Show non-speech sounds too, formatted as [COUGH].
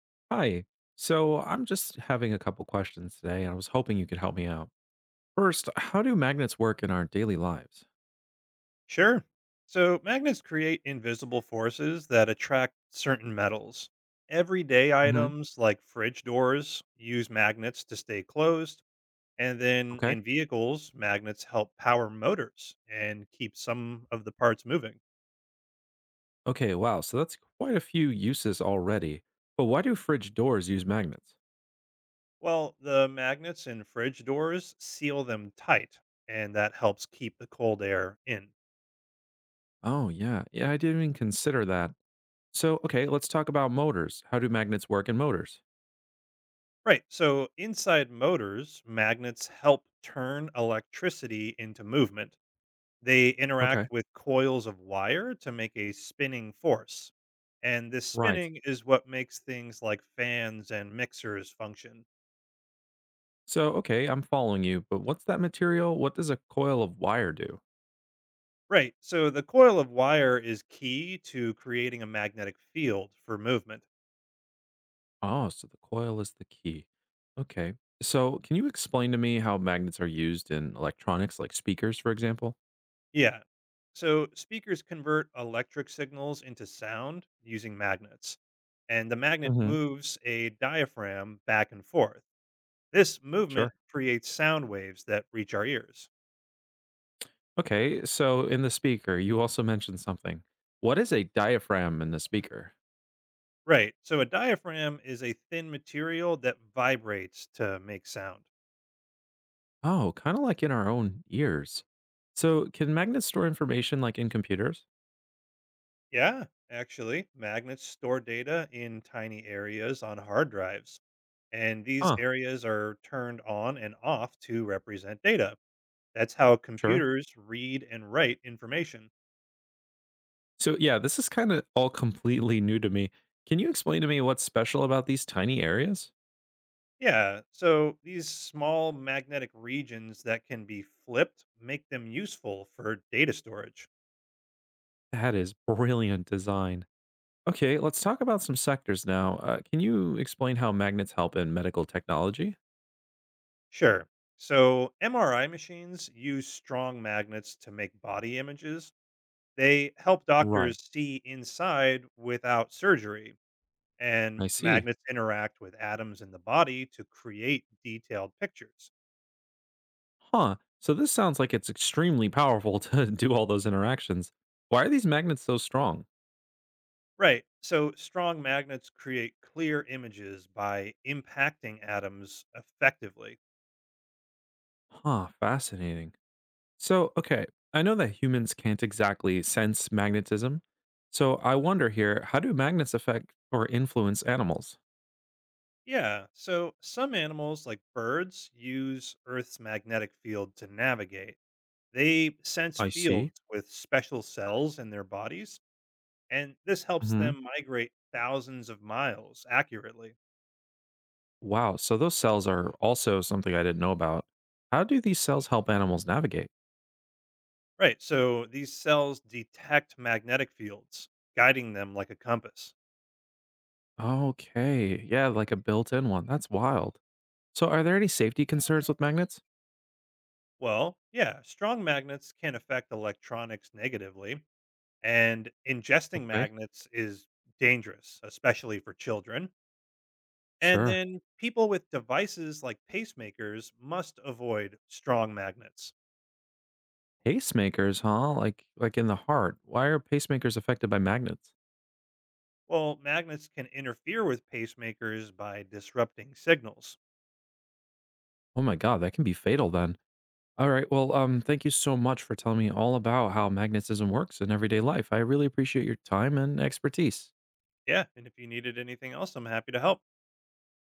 Hi. So I'm just having a couple questions today, and I was hoping you could help me out. First, how do magnets work in our daily lives? Sure. So magnets create invisible forces that attract certain metals. Everyday Hmm. items like fridge doors use magnets to stay closed. And then Okay. in vehicles, magnets help power motors and keep some of the parts moving. Okay. Wow. So that's quite a few uses already. But why do fridge doors use magnets? Well, the magnets in fridge doors seal them tight, and that helps keep the cold air in. Oh, yeah. Yeah. I didn't even consider that. So, okay. Let's talk about motors. How do magnets work in motors? Right. So inside motors, magnets help turn electricity into movement. They interact Okay. with coils of wire to make a spinning force. And this Right. spinning is what makes things like fans and mixers function. So, okay. I'm following you, but what's that material? What does a coil of wire do? Right. So the coil of wire is key to creating a magnetic field for movement. Oh, so the coil is the key. Okay. So, can you explain to me how magnets are used in electronics, like speakers, for example? Yeah. So speakers convert electric signals into sound using magnets. And the magnet Hmm. moves a diaphragm back and forth. This movement Sure. creates sound waves that reach our ears. Okay. So, in the speaker, you also mentioned something. What is a diaphragm in the speaker? Right. So a diaphragm is a thin material that vibrates to make sound. Oh, kind of like in our own ears. So, can magnets store information like in computers? Yeah, actually, magnets store data in tiny areas on hard drives, and these Huh. areas are turned on and off to represent data. That's how Sure. computers read and write information. So, yeah, this is kind of all completely new to me. Can you explain to me what's special about these tiny areas? Yeah, so these small magnetic regions that can be flipped make them useful for data storage. That is brilliant design. Okay, let's talk about some sectors now. Can you explain how magnets help in medical technology? Sure. So, MRI machines use strong magnets to make body images. They help Right. doctors see inside without surgery, and I see. magnets interact with atoms in the body to create detailed pictures. Huh. So this sounds like it's extremely powerful to [LAUGHS] do all those interactions. Why are these magnets so strong? Right. So, strong magnets create clear images by impacting atoms effectively. Huh, fascinating. So, okay, I know that humans can't exactly sense magnetism. So I wonder here, how do magnets affect or influence animals? Yeah. So, some animals, like birds, use Earth's magnetic field to navigate. They sense I see. fields with special cells in their bodies, and this helps Hmm. them migrate thousands of miles accurately. Wow, so those cells are also something I didn't know about. How do these cells help animals navigate? Right, so these cells detect magnetic fields, guiding them like a compass. Okay. Yeah, like a built-in one. That's wild. So are there any safety concerns with magnets? Well, yeah, strong magnets can affect electronics negatively, and ingesting Okay. magnets is dangerous, especially for children. And Sure. then people with devices like pacemakers must avoid strong magnets. Pacemakers, huh? Like in the heart. Why are pacemakers affected by magnets? Well, magnets can interfere with pacemakers by disrupting signals. Oh my god, that can be fatal then. All right. Well, thank you so much for telling me all about how magnetism works in everyday life. I really appreciate your time and expertise. Yeah, and if you needed anything else, I'm happy to help.